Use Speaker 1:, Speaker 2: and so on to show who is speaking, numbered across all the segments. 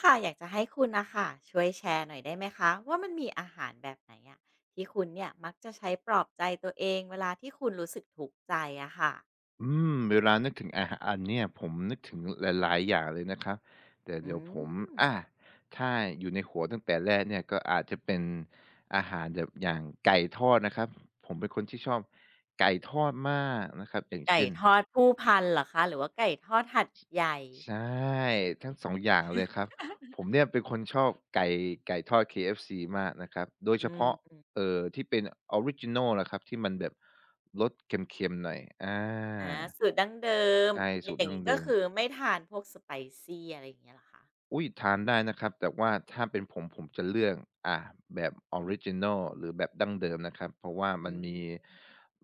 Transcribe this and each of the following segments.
Speaker 1: ค่ะอยากจะให้คุณนะคะช่วยแชร์หน่อยได้ไหมคะว่ามันมีอาหารแบบไหนอะที่คุณเนี่ยมักจะใช้ปลอบใจตัวเองเวลาที่คุณรู้สึกทุกข์ใจอะค่ะ
Speaker 2: เวลานึกถึงอาหารอันเนี่ยผมนึกถึงหลายๆอย่างเลยนะครับแต่
Speaker 1: อื
Speaker 2: เดี๋ยวผม
Speaker 1: ม
Speaker 2: อาถ้าอยู่ในหัวตั้งแต่แรกเนี่ยก็อาจจะเป็นอาหารแบบอย่างไก่ทอดนะครับผมเป็นคนที่ชอบไก่ทอดมากนะครับอย่าง
Speaker 1: ไก่
Speaker 2: เช่น
Speaker 1: ทอดผู้พันเหรอคะหรือว่าไก่ทอดหัดใหญ่
Speaker 2: ใช่ทั้ง2องอย่างเลยครับผมเนี่ยเป็นคนชอบไก่ทอด KFC มากนะครับโดย
Speaker 1: อื
Speaker 2: เฉ
Speaker 1: ม
Speaker 2: พาะ
Speaker 1: ๆ
Speaker 2: ที่เป็นออริจินัลนะครับที่มันแบบรสเค็มๆหน่อย
Speaker 1: อาสูตรดั้งเดิม
Speaker 2: ใช่
Speaker 1: อ
Speaker 2: สูตร
Speaker 1: ย่าง
Speaker 2: ดั้ง
Speaker 1: นี้ก็
Speaker 2: เดิม
Speaker 1: คือไม่ทานพวกสไปซี่อะไรอย่างเงี้ยเหรอคะ
Speaker 2: อุ๊ยทานได้นะครับแต่ว่าถ้าเป็นผมจะเลือกอ่าแบบออริจินัลหรือแบบดั้งเดิมนะครับเพราะว่า
Speaker 1: อื
Speaker 2: มัน
Speaker 1: ม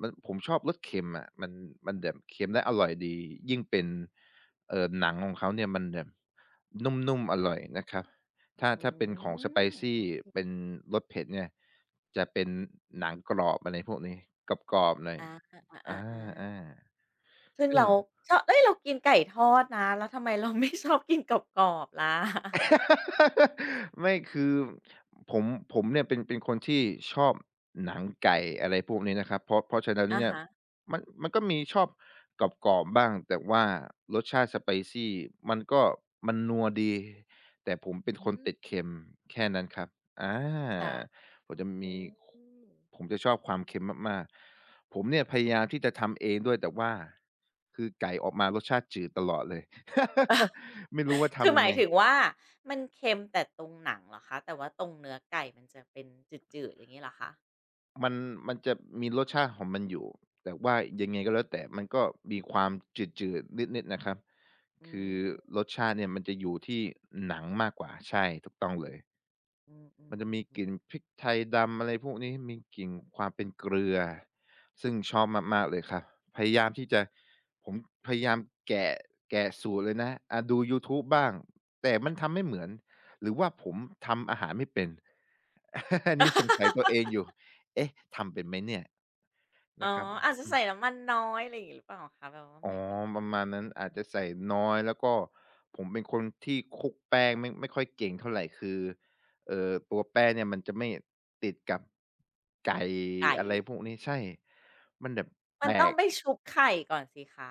Speaker 2: มันผมชอบรสเค็มอะมันแบบเค็มและอร่อยดียิ่งเป็นหนังของเขาเนี่ยมันแบบนุ่มๆอร่อยนะครับถ้า
Speaker 1: อื
Speaker 2: ถ้าเป็นของ
Speaker 1: ม
Speaker 2: spicy
Speaker 1: โอเค
Speaker 2: เป็นรสเผ็ดเนี่ยจะเป็นหนังกรอบอะไรพวกนี้กรอบๆหน่อย
Speaker 1: อาอา
Speaker 2: อ
Speaker 1: อ่าอ่า
Speaker 2: า
Speaker 1: ซึ่
Speaker 2: ๆ
Speaker 1: ง
Speaker 2: ซึ่ง
Speaker 1: เราชอบเอ้ยเรากินไก่ทอดนะแล้วทำไมเราไม่ ชอบกินกรอบๆล่ะ
Speaker 2: ไม่คือผมผมเนี่ยเป็นคนที่ชอบหนังไก่อะไรพวกนี้นะครับเพราะฉะนั้น
Speaker 1: อะ
Speaker 2: เนี่ย
Speaker 1: ฮะ
Speaker 2: มันก็มีชอบกรอบๆบ้างแต่ว่ารสชาติ s ปซี่มันก็มันนัวดีแต่ผมเป็น
Speaker 1: อื
Speaker 2: คนติ
Speaker 1: ม
Speaker 2: ดเค็มแค่นั้นครับอ
Speaker 1: ค่ะ
Speaker 2: าผ
Speaker 1: โอ
Speaker 2: มจะ
Speaker 1: เค
Speaker 2: มีผมจะชอบความเค็มมากๆผมเนี่ยพยายามที่จะทำเองด้วยแต่ว่าคือไก่ออกมารสชาติจืดตลอดเลย ไม่ รู้ว่า
Speaker 1: คือ
Speaker 2: ทำ
Speaker 1: ห
Speaker 2: ยัง
Speaker 1: มาย
Speaker 2: ไง
Speaker 1: ถึงว่ามันเค็มแต่ตรงหนังเหรอคะแต่ว่าตรงเนื้อไก่มันจะเป็นจืดๆอย่างงี้เหรอคะ
Speaker 2: มันมันจะมีรสชาติของมันอยู่แต่ว่ายังไงก็แล้วแต่มันก็มีความจืดๆนิดๆนะครับ
Speaker 1: อื
Speaker 2: คือ
Speaker 1: ม
Speaker 2: รสชาติเนี่ยมันจะอยู่ที่หนังมากกว่าใช่ถูกต้องเลย
Speaker 1: อืม
Speaker 2: มันจะมี
Speaker 1: ๆ
Speaker 2: ก
Speaker 1: ๆๆ
Speaker 2: ลิ่นพริกไทยดำอะไรพวกนี้มีกลิ่นความเป็นเกลือซึ่งชอบมากๆเลยครับพยายามที่จะผมพยายามแกะแกะสูตรเลยนะดูยูทูบบ้างแต่มันทำไม่เหมือนหรือว่าผมทำอาหารไม่เป็น อันนี้สงสัยตัวเองอยู่เอ๊ะทำเป็นไหมเนี่ย
Speaker 1: อ๋อ
Speaker 2: นะครับ
Speaker 1: อาจจะ
Speaker 2: อืม
Speaker 1: ใส่น้ำมันน้อยอะไรอย่างงี้หรือเปล่าคะแบบว่าห
Speaker 2: อ๋อ
Speaker 1: มายถึงแบ
Speaker 2: ป
Speaker 1: บ
Speaker 2: ระมาณนั้นอาจจะใส่น้อยแล้วก็ผมเป็นคนที่คลุกแป้งไม่ค่อยเก่งเท่าไรคือตัวแป้งเนี่ยมันจะไม่ติดกับไก่
Speaker 1: ไก่
Speaker 2: อะไรพวกนี้ใช่ มันแบบ
Speaker 1: มั
Speaker 2: แต
Speaker 1: นต้อง
Speaker 2: ก
Speaker 1: ไปชุบไข่ก่อนสิคะ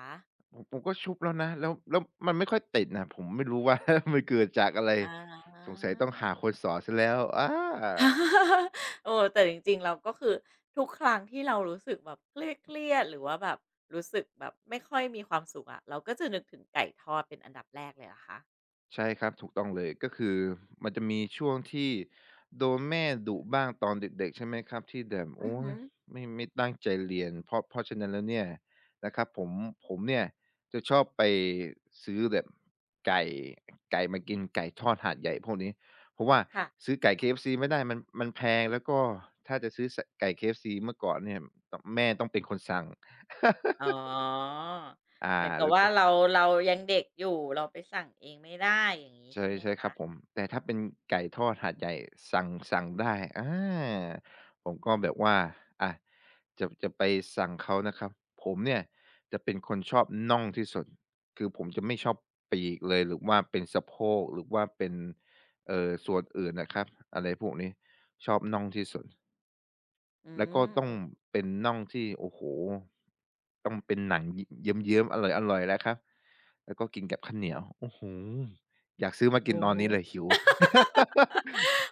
Speaker 2: ผมก็ชุบแล้วนะแล้วมันไม่ค่อยติดน่ะผมไม่รู้ว่า มันเกิดจากอะไร
Speaker 1: อา
Speaker 2: สงสัยต้องหาคนสอนเสียแล้วอา
Speaker 1: โอ้แต่จริงๆเราก็คือทุกครั้งที่เรารู้สึกแบบเครียดๆหรือว่าแบบรู้สึกแบบไม่ค่อยมีความสุขอะเราก็จะนึกถึงไก่ทอดเป็นอันดับแรกเลยนะคะ
Speaker 2: ใช่ครับถูกต้องเลยก็คือมันจะมีช่วงที่โดนแม่ดุบ้างตอนเด็กๆใช่ไหมครับที่แบบ
Speaker 1: อือ
Speaker 2: โอ๊
Speaker 1: หื
Speaker 2: ย
Speaker 1: อ
Speaker 2: ไม่ตั้งใจเรียนเพราะฉะนั้นแล้วเนี่ยนะครับผมเนี่ยจะชอบไปซื้อแบบไก่ไก่มากินไก่ทอดหาดใหญ่พวกนี้เพราะว่า
Speaker 1: ค่ะ
Speaker 2: ซื้อไก่ KFC ไม่ได้มันแพงแล้วก็ถ้าจะซื้อสไก่ KFC เมื่อก่อนเนี่ยตแม่ต้องเป็นคนสั่ง
Speaker 1: อ๋อ
Speaker 2: อา
Speaker 1: เหมือนกับ
Speaker 2: แล้ว
Speaker 1: ว่าเราเรายังเด็กอยู่เราไปสั่งเองไม่ได้อย่างนี้
Speaker 2: ใช่
Speaker 1: ใช่ไหม
Speaker 2: ใช่ค
Speaker 1: คะ
Speaker 2: รับผมแต่ถ้าเป็นไก่ทอดหาดใหญ่สั่งได้อาผมก็แบบว่าอะจะไปสั่งเขานะครับผมเนี่ยจะเป็นคนชอบน่องที่สุดคือผมจะไม่ชอบปีกเลยหรือว่าเป็นสะโพกหรือว่าเป็นส่วนอื่นน่ะครับอะไรพวกนี้ชอบน่องที่สุด
Speaker 1: อื
Speaker 2: แล้วก็
Speaker 1: ม
Speaker 2: ต้อ
Speaker 1: โอ
Speaker 2: งเป็นน่องที่โอ้โฮต้องเป็นหนังยเยิ้มๆ อร่อยๆแล้วครับ แล้วก็กินกับข้าวเหนียวอื้อฮืออยากซื้อมากินตอนนี้เล
Speaker 1: เค
Speaker 2: ยหิว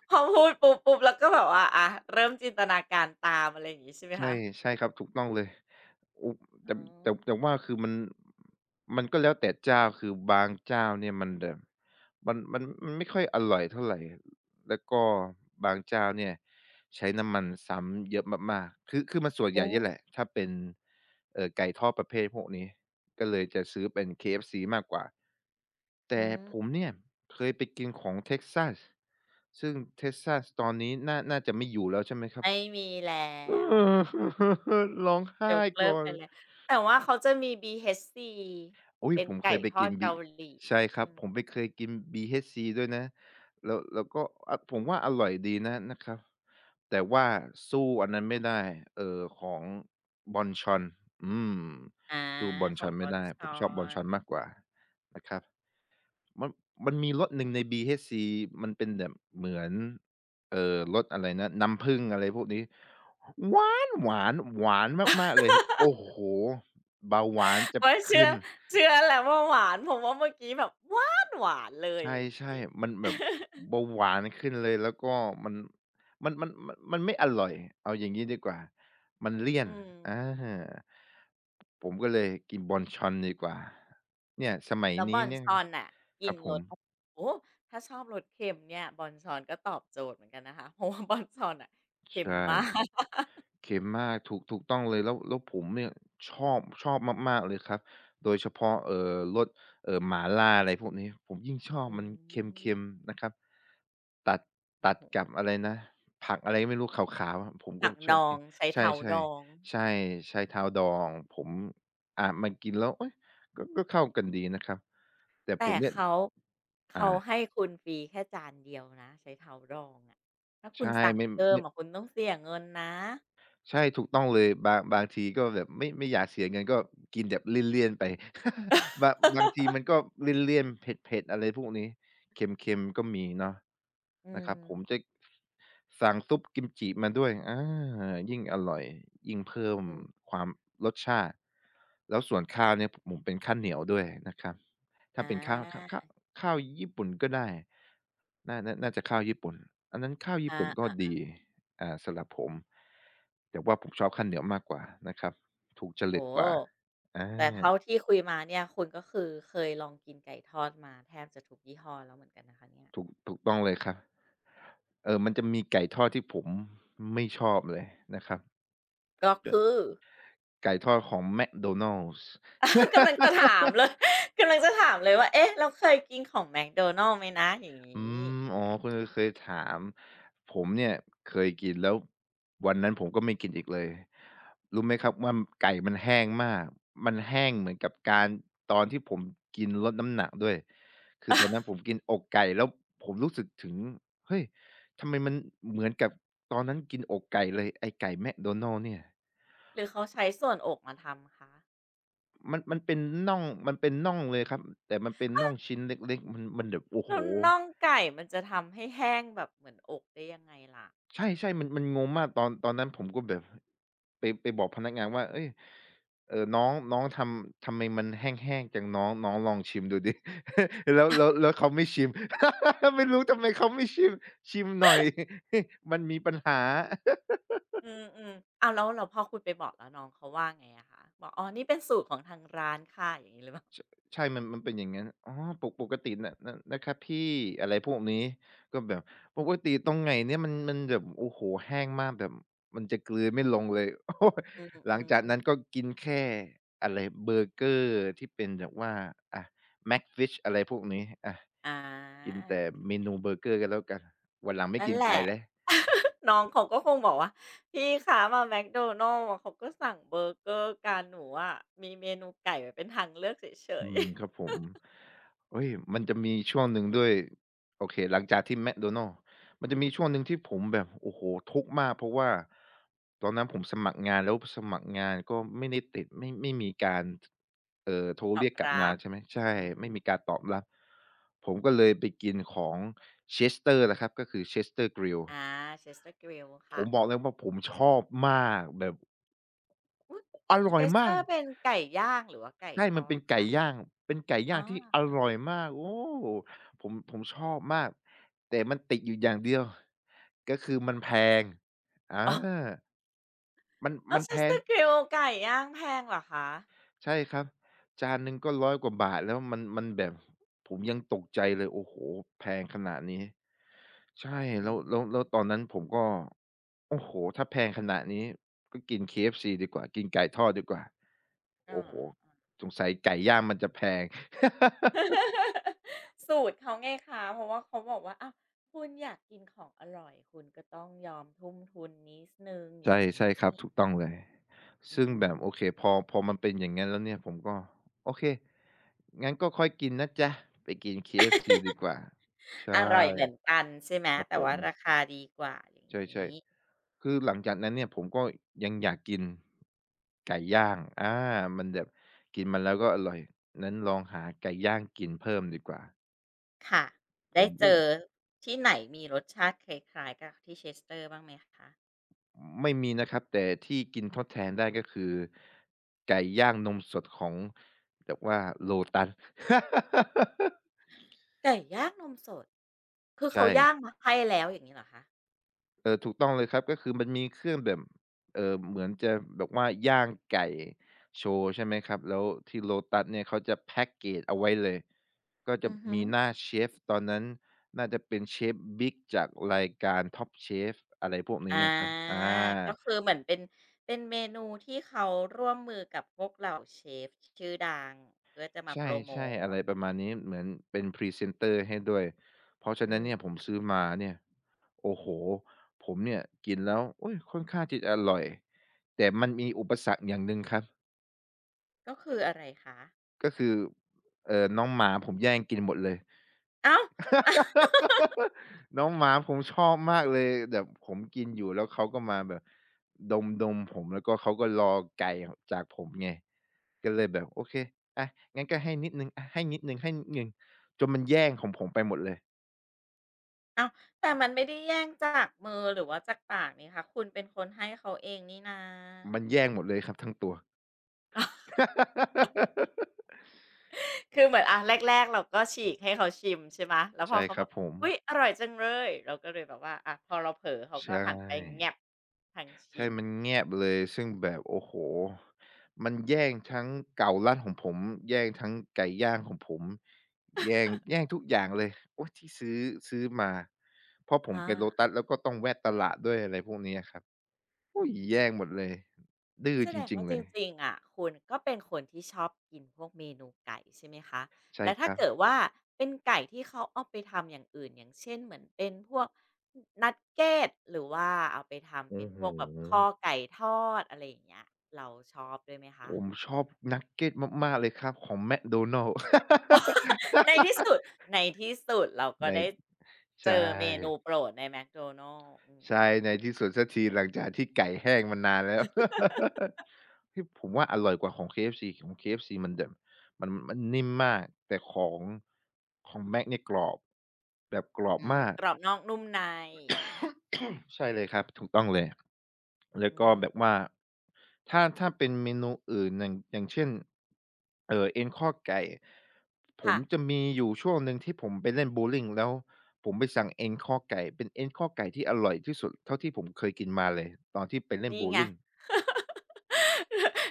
Speaker 1: พอพูดปุ๊บปุ๊บแล้วก็แบบว่าอะเริ่มจินตนาการตามอะไรอย่างงี้ใช่ไหม
Speaker 2: ใช่
Speaker 1: คะ
Speaker 2: ใช่ครับถูกต้องเลยอุแต่
Speaker 1: อ๋อ
Speaker 2: แต่แต่ว่าคือมันมันก็แล้วแต่เจ้าคือบางเจ้าเนี่ยมันแบบมันไม่ค่อยอร่อยเท่าไรแล้วก็บางเจ้าเนี่ยใช้น้ำมันซ้ำเยอะมากๆคือมันส่วน
Speaker 1: โอ้
Speaker 2: ใหญ่เนี่ยแหละถ้าเป็นไก่ทอดประเภทพวกนี้ก็เลยจะซื้อเป็น KFC มากกว่า
Speaker 1: อื
Speaker 2: แต่ผม
Speaker 1: ม
Speaker 2: เนี่ยเคยไปกินของ Texas ซึ่ง Texas ตอนนี้น่าจะไม่อยู่แล้วใช่ไหมครับ
Speaker 1: ไม่มีแล้
Speaker 2: เอ
Speaker 1: ว
Speaker 2: อ ร้อง
Speaker 1: ย
Speaker 2: ไห้
Speaker 1: กเลิ
Speaker 2: ก่
Speaker 1: ก
Speaker 2: อ
Speaker 1: ไป
Speaker 2: น
Speaker 1: แล้วแต่ว่าเขาจะมี BHC
Speaker 2: อุ๊ย
Speaker 1: เป็น
Speaker 2: ผมเค
Speaker 1: ไก่
Speaker 2: ยไป
Speaker 1: ทอ
Speaker 2: กิ
Speaker 1: ด
Speaker 2: นบี
Speaker 1: เกาหลี
Speaker 2: ใช่ครั
Speaker 1: อื
Speaker 2: บ
Speaker 1: ม
Speaker 2: ผมไปเคยกิน BHC ด้วยนะแล้วก็อะผมว่าอร่อยดีนะนะครับแต่ว่าสู้อันนั้นไม่ได้ของบอนชอนอืม
Speaker 1: อา
Speaker 2: สู้บอน
Speaker 1: ข
Speaker 2: ช
Speaker 1: อ
Speaker 2: อ
Speaker 1: ง
Speaker 2: น
Speaker 1: บ
Speaker 2: ไม่
Speaker 1: อน
Speaker 2: ได้
Speaker 1: ช
Speaker 2: ผม
Speaker 1: อ
Speaker 2: ชอบบอนช
Speaker 1: น
Speaker 2: อนมากกว่านะครับ มันมันมีรสหนึ่งใน BHC มันเป็นแบบเหมือนรสอะไรนะน้ำผึ้งอะไรพวกนี้หวานมากๆเลยโอ้โฮเบาหวานจะ
Speaker 1: โอ๊ยเชื่
Speaker 2: ขึ้
Speaker 1: อ
Speaker 2: น
Speaker 1: เชื่อแล้วว่าหวานผมว่าเมื่อกี้แบบหวานหวานเลย
Speaker 2: ใ
Speaker 1: อย่างงี้
Speaker 2: ช่ๆมันแบบ เบาหวานขึ้นเลยแล้วก็มันมันมันไม่อร่อยเอาอย่างงี้ดีกว่ามันเลี่ยน
Speaker 1: อื
Speaker 2: อ
Speaker 1: ม
Speaker 2: าผมก็เลยกินบอนชอนดีกว่าเนี่ยสมัย
Speaker 1: แล้วบ
Speaker 2: นี้
Speaker 1: อน
Speaker 2: เนี่
Speaker 1: ช
Speaker 2: ย
Speaker 1: อนน่ะ
Speaker 2: ค
Speaker 1: กิ
Speaker 2: รั
Speaker 1: น
Speaker 2: บผ
Speaker 1: ร
Speaker 2: ม
Speaker 1: สโอ้ถ้าชอบรสเค็มเนี่ยบอนชอนก็ตอบโจทย์เหมือนกันนะคะเพราะว่า บอนชอนน่ะเค็ม
Speaker 2: ใช่
Speaker 1: มาก
Speaker 2: เข็มมากถูกต้องเลยแล้วผมเนี่ยชอบมากๆเลยครับโดยเฉพาะรสหม่าล่าอะไรพวกนี้ผมยิ่งชอ บ
Speaker 1: อื
Speaker 2: มันเค็
Speaker 1: ม
Speaker 2: มๆนะครับตัด
Speaker 1: โอ้
Speaker 2: ตั
Speaker 1: โ
Speaker 2: ดกั
Speaker 1: ฮ
Speaker 2: บอะไรนะผักอะไรก็ไม่รู้ขาวๆอะผมก็
Speaker 1: ผัก
Speaker 2: ช
Speaker 1: ด
Speaker 2: อบ
Speaker 1: อ
Speaker 2: กิ
Speaker 1: ง
Speaker 2: น
Speaker 1: ใช้
Speaker 2: ใช่
Speaker 1: เท้า
Speaker 2: ๆใ
Speaker 1: ดอง
Speaker 2: ช่ใช้เท้าดองผมมันกินแล้วเฮ้ยก็เข้ากันดีนะครับแต่ผ
Speaker 1: แต่
Speaker 2: มเนี่ย
Speaker 1: เขาเขา
Speaker 2: อ่า
Speaker 1: ให้คุณฟรีแค่จานเดียวนะใช้เท้ารองอะถ้าคุณ
Speaker 2: ใช่
Speaker 1: สั่ง
Speaker 2: ไม่
Speaker 1: เพิ่ม
Speaker 2: ไม่
Speaker 1: อะคุณต้องเสียเงินนะ
Speaker 2: ใช่ถูกต้องเลยบางทีก็แบบไม่อยากเสียเงินก็กินแบบเลี่ยนๆไป บางที มันก็เลี่ยนๆเผ็ดๆอะไรพวกนี้เค็มๆก็มีเนาะ
Speaker 1: อื
Speaker 2: นะ
Speaker 1: ม
Speaker 2: ครับผมจะสั่งซุปกิมจิมาด้วยอายิ่งอร่อยยิ่งเพิ่ม
Speaker 1: อืม
Speaker 2: ความรสชาติแล้วส่วนข้าวเนี่ยผมเป็นข้าวเหนียวด้วยนะครับถ้า
Speaker 1: อ
Speaker 2: เป็น
Speaker 1: า
Speaker 2: ข้าวญี่ปุ่นก็ได้น่าจะข้าวญี่ปุ่นอันนั้นข้าวญี่
Speaker 1: อา
Speaker 2: ปุ่น
Speaker 1: อ
Speaker 2: ก็
Speaker 1: ะ
Speaker 2: ดี อ่าสำหรับผมแต่ว่าผมชอบข้าวเหนียวมากกว่านะครับถูกจริ
Speaker 1: โอ้
Speaker 2: ต
Speaker 1: โฮ
Speaker 2: กว่าอ
Speaker 1: แต่เท่า
Speaker 2: า
Speaker 1: ที่คุยมาเนี่ยคุณก็คือเคยลองกินไก่ทอดมาแทบจะทุกยี่ห้อแล้วเหมือนกันนะคะเนี่ย
Speaker 2: ถูกต้องเลยครับมันจะมีไก่ทอดที่ผมไม่ชอบเลยนะครับ
Speaker 1: ก็
Speaker 2: ด
Speaker 1: คือ
Speaker 2: ไก่ทอดของ McDonald's
Speaker 1: กำ ลังจะถามเลย กำลังจะถามเลยว่าเอ๊ะเราเคยกินของแมคโดนัลด์ไหมนะอย่าง
Speaker 2: อื
Speaker 1: งี้
Speaker 2: มอ๋อคุณเคยถามผมเนี่ยเคยกินแล้ววันนั้นผมก็ไม่กินอีกเลยรู้ไหมครับว่าไก่มันแห้งมากมันแห้งเหมือนกับการตอนที่ผมกินลดน้ำหนักด้วยคือตอนนั้นผมกินอกไก่แล้วผมรู้สึกถึงเฮ้ยทำไมมันเหมือนกับตอนนั้นกินอกไก่เลยไอ้ไก่แมคโดนัลด์เนี่ย
Speaker 1: หรือเขาใช้ส่วนอกมาทำคะ
Speaker 2: มันเป็นน่องมันเป็นน่องเลยครับแต่มันเป็นน่องชิ้นเล็กๆมันแบบโอ้โฮ
Speaker 1: แล้วน่องไก่มันจะทำให้แห้งแบบเหมือนอกได้ยังไงล่ะ
Speaker 2: ใช่ๆมันงงมากตอนนั้นผมก็แบบไปบอกพนักงานว่าเฮ้ยน้องน้องทำไมมันแห้งๆจังน้องน้องลองชิมดูดิ แล้วเขาไม่ชิม ไม่รู้ทำไมเขาไม่ชิมชิมหน่อย มันมีปัญหา
Speaker 1: อืมๆอาแล้วเราพพอคุณไปบอกแล้วน้องเขาว่าไงอะคะ บอกอ๋อนี่เป็นสูตรของทางร้านค่ะอย่างนี้หรือเปล่า
Speaker 2: ใช่มันเป็นอย่างงั้นอ๋อปกติน่ะนนะครับพี่อะไรพวกนี้ก็แบบปกติตรงไหนเนี่ยมันแบบโอ้โฮแห้งมากแบบมันจะกลืนไม่ลงเลย โอ๊ย
Speaker 1: อืม
Speaker 2: ห
Speaker 1: อ
Speaker 2: ลังจาก
Speaker 1: ๆอม
Speaker 2: นั้นก็กินแค่อะไรเบอร์เกอร์ที่เป็นแบบว่าอะ Mcfish อะไรพวกนี้อะ
Speaker 1: อ่
Speaker 2: กิน
Speaker 1: า
Speaker 2: แต่เมนูเบอร์เกอร์ก็แล้วกันวันหลังไม่
Speaker 1: นั่น
Speaker 2: กิน
Speaker 1: แห
Speaker 2: ไก่
Speaker 1: ละ
Speaker 2: แล้ว
Speaker 1: น้องเขาก็คงบอกว่าพี่คะมาแมคโดนัลด์อะเขาก็สั่งเบอร์เกอร์การหนูอะมีเมนูไก่ไว้เป็นทางเลือกเฉ
Speaker 2: อื
Speaker 1: ย
Speaker 2: ม
Speaker 1: ๆ
Speaker 2: ครับ ผมเฮ้ยมันจะมีช่วงหนึ่งด้วยโอเคหลังจากที่ McDonald's มันจะมีช่วงหนึ่งที่ผมแบบโอ้โฮทุกข์มากเพราะว่าตอนนั้นผมสมัครงานแล้วสมัครงานก็ไม่ได้ติดไม่มีการโทร
Speaker 1: ตอ
Speaker 2: เรี
Speaker 1: บ
Speaker 2: ยกกลับ
Speaker 1: รั
Speaker 2: มา
Speaker 1: บ
Speaker 2: ใช่ไหมใช่
Speaker 1: อือฮื
Speaker 2: ไม่
Speaker 1: อ
Speaker 2: มีการตอบรับผมก็เลยไปกินของ Chester นะครับก็คือ Chester Grill
Speaker 1: อ่าเชสเตอร์ r i l
Speaker 2: ผ
Speaker 1: ค่ะ
Speaker 2: มบอกเลยว่าผมชอบมากแบบอร่
Speaker 1: เช
Speaker 2: อย
Speaker 1: สเต
Speaker 2: มา
Speaker 1: อ
Speaker 2: ก
Speaker 1: ร์เป็นไก่ย่างหรือว่าไก่
Speaker 2: ใช่
Speaker 1: ท
Speaker 2: มัน
Speaker 1: อ
Speaker 2: เป็
Speaker 1: ด
Speaker 2: นไก่
Speaker 1: คะ
Speaker 2: ย่างเป็นไก่
Speaker 1: อ๋
Speaker 2: ย่างที่
Speaker 1: อ
Speaker 2: อร่อยมากโอ้ผมชอบมากแต่มันติดอยู่อย่างเดียวก็คือมันแพงอา
Speaker 1: อ๋ออ้า
Speaker 2: มั
Speaker 1: ว
Speaker 2: นแพง
Speaker 1: Sister Grill ไก่ย่างแพงเหรอคะ
Speaker 2: ใช่ครับจานหนึ่งก็ร้อยกว่าบาทแล้วมันแบบผมยังตกใจเลยโอ้โฮแพงขนาดนี้ใช่
Speaker 1: อืม
Speaker 2: แล้วตอนนั้นผมก็โอ้โฮถ้าแพงขนาดนี้ก็กิน KFC ดีกว่ากินไก่ทอดดีกว่า
Speaker 1: อ
Speaker 2: โอ้โฮ
Speaker 1: าๆๆ
Speaker 2: สงสัยไก่ย่างมันจะแพง
Speaker 1: สูตรเขาไงคะเพราะว่าเขาบอกว่าอ้าวคุณอยากกินของอร่อยคุณก็ต้องยอมทุ่มทุนนิดหนึ่งอย่า
Speaker 2: ใช่
Speaker 1: งงี้
Speaker 2: ครับถูกต้องเลย
Speaker 1: อื
Speaker 2: ซึ่งแบบ
Speaker 1: ม
Speaker 2: โอเคพอมันเป็นอย่างงั้นแล้วเนี่ยผมก็โอเคงั้นก็ค่อยกินนะจ๊ะไปกิน KFC ดีก ว่าใช่
Speaker 1: อร่อยเหมือนกันใช่ไหม
Speaker 2: ครับ
Speaker 1: แต่
Speaker 2: ผ
Speaker 1: ว่า
Speaker 2: ม
Speaker 1: ราคาดีกว่าอย่า
Speaker 2: ใ
Speaker 1: ง
Speaker 2: ช่
Speaker 1: งี้
Speaker 2: ๆ
Speaker 1: อื
Speaker 2: คือห
Speaker 1: ม
Speaker 2: ลังจากนั้นเนี่ยผมก็ยังอยากกินไก่ย่างอามันแบบกินมันแล้วก็อร่อยงั้นลองหาไก่ย่างกินเพิ่มดีกว่า
Speaker 1: ค่ะ
Speaker 2: ผ
Speaker 1: ได้
Speaker 2: ม
Speaker 1: เจ
Speaker 2: ก็
Speaker 1: อที่ไหนมีรสชาติคล้ายๆกับที่ Chester บ้างไหมคะ
Speaker 2: ไม่มีนะครับแต่ที่กินทดแทนได้ก็คือไก่ย่างนมสดของแบบว่า Lotus
Speaker 1: ไก่ย่างนมสดคือ
Speaker 2: ใ
Speaker 1: เขาย่าง
Speaker 2: ช่
Speaker 1: มาให้แล้วอย่างงี้เหรอคะ
Speaker 2: เออถูกต้องเลยครับก็คือมันมีเครื่องแบบเออเหมือนจะแบบว่าย่างไก่โชว์ใช่ไหมครับแล้วที่ Lotus เนี่ยเขาจะแพ็กเกจเอาไว้เลยก็จะ
Speaker 1: อือฮึ
Speaker 2: มีหน้าเชฟตอนนั้นน่าจะเป็นเชฟบิ๊กจากรายการ Top Chef อะไรพวก
Speaker 1: อ
Speaker 2: นี้นะครับ
Speaker 1: า
Speaker 2: อา
Speaker 1: ก็คือเหมือนเป็นเป็นเมนูที่เขาร่วมมือกับพวกเหล่าเชฟชื่อดังเพื่อจะมา
Speaker 2: ใช
Speaker 1: โพรโม
Speaker 2: ่ๆอะไร
Speaker 1: ต
Speaker 2: ประมาณนี้เหมือนเป็นพรีเซนเตอร์ให้ด้วยเพราะฉะ
Speaker 1: อื
Speaker 2: นั้
Speaker 1: ม
Speaker 2: นเนี่ยผมซื้อ
Speaker 1: ๆ
Speaker 2: มา
Speaker 1: ๆ
Speaker 2: เนี่ยโอ้โฮผมเนี่ยกินแล้วอุ๊ยค่อนข้างที่จะอร่อยแต่มันมีอุปสรรคอย่างหนึ่งครับ
Speaker 1: ก็คืออะไรคะ
Speaker 2: ก็คือน้องหมาผมแย่งกินหมดเลย
Speaker 1: อ้าว
Speaker 2: น้องหมาผมชอบมากเลยแบบผมกินอยู่แล้วเขาก็มาแบบดมๆผมแล้วก็เขาก็รอไก่จากผมไงก็เลยแบบโอเคอะงั้นก็ให้นิดหนึ่งอะให้นิดหนึ่งๆจนแย่งของผมไปหมดเลย
Speaker 1: อ้าวแต่มันไม่ได้แย่งจากมือหรือว่าจากปากนี่คะคุณเป็นคนให้เขาเองนี่นา
Speaker 2: มันแย่งหมดเลยครับทั้งตัว
Speaker 1: คือเหมือนอาแรกๆเราก็ฉีกให้เขาชิมใช่ไหมแล้วพอ
Speaker 2: ใช่
Speaker 1: เขา
Speaker 2: ค
Speaker 1: แบ
Speaker 2: รับ
Speaker 1: บ
Speaker 2: ผม
Speaker 1: อุ๊ยอร่อยจังเลยเราก็เลยแบบว่าอาพอเราเผลอเขาก็
Speaker 2: ใช่
Speaker 1: หันไปแง่บทั้ง
Speaker 2: ใช่
Speaker 1: ชิ้น
Speaker 2: มันแงบเลยซึ่งแบบโอ้โหมันแย่งทั้งเก่าลัดของผมแย่งทั้งไก่ย่างของผมแย่งทุกอย่างเลยโอ้ยที่ซื้อมาเพราะผม
Speaker 1: อ
Speaker 2: เป็น Lotus แล้ว
Speaker 1: า
Speaker 2: ก็ต้องแวะตลาดด้วยอะไรพวกนี้ครับ
Speaker 1: ๆ
Speaker 2: โอ้
Speaker 1: อื
Speaker 2: ย
Speaker 1: ม
Speaker 2: แย่งหมดเลยดื้อ
Speaker 1: แส
Speaker 2: จ
Speaker 1: ดง
Speaker 2: ริง
Speaker 1: ว่า
Speaker 2: ๆ
Speaker 1: จ
Speaker 2: เลย
Speaker 1: ริงๆอะคุณก็เป็นคนที่ชอบกินพวกเมนูไก่ใช่ไหมคะ
Speaker 2: ใช่
Speaker 1: แล้ว
Speaker 2: ค
Speaker 1: ถ้า
Speaker 2: รับ
Speaker 1: เกิดว่าเป็นไก่ที่เขาเอาไปทำอย่างอื่นอย่างเช่นเหมือนเป็นพวกนนักเกตหรือว่าเอาไปทำ
Speaker 2: โอ้
Speaker 1: เป็น
Speaker 2: โห
Speaker 1: พวกแบบคอไก่ทอดอะไรอย่างเงี้ยเราชอบด้วยไหมคะ
Speaker 2: ผมชอบนักเก็ตมากๆเลยครับของแ c d โ n a l ล s
Speaker 1: ในที่สุดในที่สุดเราก็
Speaker 2: ใน
Speaker 1: ได้ เจ
Speaker 2: ใช่
Speaker 1: อเมนูโปรดใน McDonald's อืม
Speaker 2: ใช่ในที่สุดสักทีหลังจากที่ไก่แห้งมานานแล้ว ที่ผมว่าอร่อยกว่าของ KFC ของ KFC มันแบบมันนิ่มมากแต่ของ Mac เนี่ยกรอบแบบกรอบ
Speaker 1: อืม
Speaker 2: มาก
Speaker 1: กรอบนอกนุ่มใน
Speaker 2: ใช่เลยครับถูกต้องเลยแล้
Speaker 1: อื
Speaker 2: วก็
Speaker 1: ม
Speaker 2: แบบ
Speaker 1: อือ
Speaker 2: ว่าถ้าเป็นเมนูอื่นอย่างอย่างเช่นเอ็นข้อไก่ผม
Speaker 1: ค่ะ
Speaker 2: จะมีอยู่ช่วงหนึ่งที่ผมไปเล่นโบว์ลิงแล้วผมไปสั่งเอ็นข้อไก่เป็นเอ็นข้อไก่ที่อร่อยที่สุดเท่าที่ผมเคยกินมาเลยตอนที่ไปเล่น
Speaker 1: นี่
Speaker 2: โบว์
Speaker 1: ไง
Speaker 2: ลิง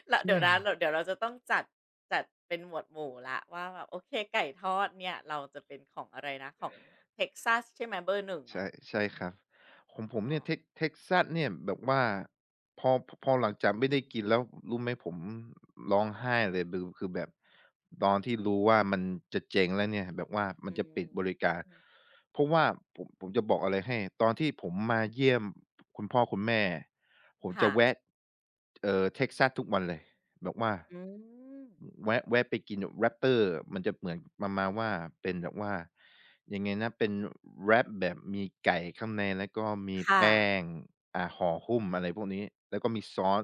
Speaker 1: แล้วเดี๋ย
Speaker 2: ใช่
Speaker 1: วนะเราเดี๋ยวเราจะต้องจัดจัดเป็นหมวดหมู่แล้วว่าแบบโอเคไก่ทอดเนี่ยเราจะเป็นของอะไรนะของเท็กซัสใช่ไหมเบอร์หนึ่งอะ
Speaker 2: ใช่ใช่ครับของผม
Speaker 1: อ๋อ
Speaker 2: เนี่ยเท็ก t ั x a s เนี่ยแบบว่าพอหลังจากไม่ได้กินแล้วรู้ไหมผมร้องไห้เลยบือคือแบบตอนที่รู้ว่ามันจะเจ๊งแล้วเนี่ยแบบว่ามั
Speaker 1: อื
Speaker 2: นจะปิดบริการ
Speaker 1: ม
Speaker 2: เพราะว่าผมจะบอกอะไรให้ตอนที่ผมมาเยี่ยมคุณพ่อคุณแม่ผมจะ
Speaker 1: ค่ะ
Speaker 2: แวะเท็กซัสทุกวันเลยแบบว่า
Speaker 1: อืม
Speaker 2: แวะไปกิน Wrapper มันจะเหมือนประมาณว่าเป็นแบบว่า ยังไงนะเป็นแรปแบบมีไก่ข้างในแล้วก็มี
Speaker 1: ค่ะ
Speaker 2: แป้งอ่าห่อหุ้มอะไรพวกนี้แล้วก็มีซอส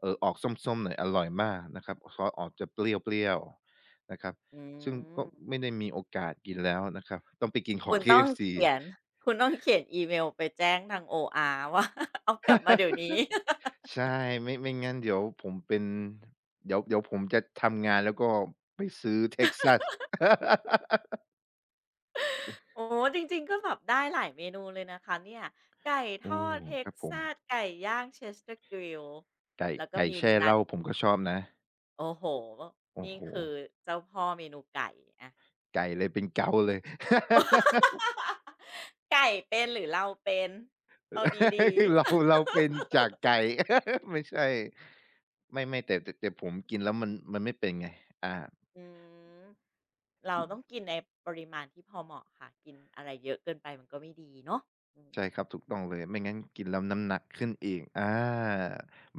Speaker 2: ออกส้มๆหน่อยอร่อยมากนะครับซอสออกจะเปรี้ยวๆนะครับ
Speaker 1: อื
Speaker 2: ซึ่งก็
Speaker 1: ม
Speaker 2: ไม่ได้มีโอกาสกินแล้วนะครับต้องไปกินขอ
Speaker 1: คุ
Speaker 2: ง
Speaker 1: ณ ต้อง
Speaker 2: KFC
Speaker 1: เขียนคุณต้องเขียนอีเมลไปแจ้งทางโออาร์ว่า เอากลับมาเดี๋ยวนี้
Speaker 2: ใช่ไม่งั้นเดี๋ยวผมเป็นเดี๋ยวผมจะทำงานแล้วก็ไปซื้อ Texas
Speaker 1: โอ้โจริงๆก็แบบได้หลายเมนูเลยนะคะเนี่ยไก่ท
Speaker 2: อื
Speaker 1: อด
Speaker 2: ม
Speaker 1: เท็
Speaker 2: ค
Speaker 1: ก
Speaker 2: รับผม
Speaker 1: ซัสไก่ย่างเชสเ t อร์กริล
Speaker 2: ไก่
Speaker 1: แล้วก็
Speaker 2: ไก่
Speaker 1: มี
Speaker 2: แช่เห
Speaker 1: นัด
Speaker 2: ล้าผมก็ชอบนะ
Speaker 1: โอ้โห
Speaker 2: โอ้
Speaker 1: นี่
Speaker 2: โฮ
Speaker 1: คือเจ้าพ่อเมนูไก่อะ
Speaker 2: ไก่เลยเป็นเกาเลย
Speaker 1: ไก่เป็นหรือเราเป็นเอาดี
Speaker 2: เราเป็นจากไก่ ไม่ใช่ไม่แต่ผมกินแล้วมันไม่เป็นไงอา
Speaker 1: ๆอืมเราต้อง
Speaker 2: ที่
Speaker 1: กินในปริมาณที่พอเหมาะค่ะกินอะไรเยอะเกินไปมันก็ไม่ดีเนาะอืม
Speaker 2: ใช่ครับถูกต้องเลยไม่งั้นกินแล้วน้ำหนักขึ้นเองอ่า
Speaker 1: โ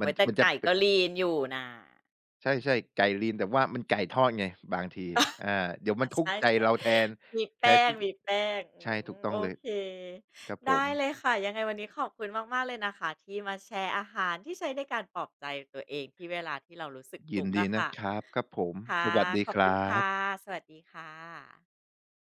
Speaker 2: มั
Speaker 1: อ้
Speaker 2: น
Speaker 1: โแต่
Speaker 2: มันจะ
Speaker 1: ไก่
Speaker 2: เป็น
Speaker 1: ก็ลีนอยู่น่ะ
Speaker 2: ใช่ใช่ไก่ลีนแต่ว่ามันไก่ทอดไงบางทีอาเดี๋ยวมั
Speaker 1: อา
Speaker 2: นทุก
Speaker 1: ใช่
Speaker 2: ข์ใจเราแทน
Speaker 1: ๆมี
Speaker 2: แท
Speaker 1: แป้
Speaker 2: น
Speaker 1: ง
Speaker 2: ที่
Speaker 1: มีแป้งอื
Speaker 2: ใช่ถู
Speaker 1: ม
Speaker 2: กต้อ
Speaker 1: โอ
Speaker 2: งเลย
Speaker 1: เค
Speaker 2: ครับผ
Speaker 1: ได้
Speaker 2: ม
Speaker 1: เลยค่ะ ยังไงวันนี้ขอบคุณมากๆเลยนะคะที่มาแชร์อาหารที่ใช้ในการปลอบใจตัวเองที่เวลาที่เรารู้สึก
Speaker 2: ยิ
Speaker 1: ทุ
Speaker 2: น
Speaker 1: กข์
Speaker 2: ดี
Speaker 1: อะ
Speaker 2: นะ
Speaker 1: ค่ะ
Speaker 2: ครับครับผมส
Speaker 1: ค่ะ
Speaker 2: วัสดี
Speaker 1: ขอ
Speaker 2: ค
Speaker 1: บคุณ
Speaker 2: รับ
Speaker 1: ค่ะ สวัสดีค่ะ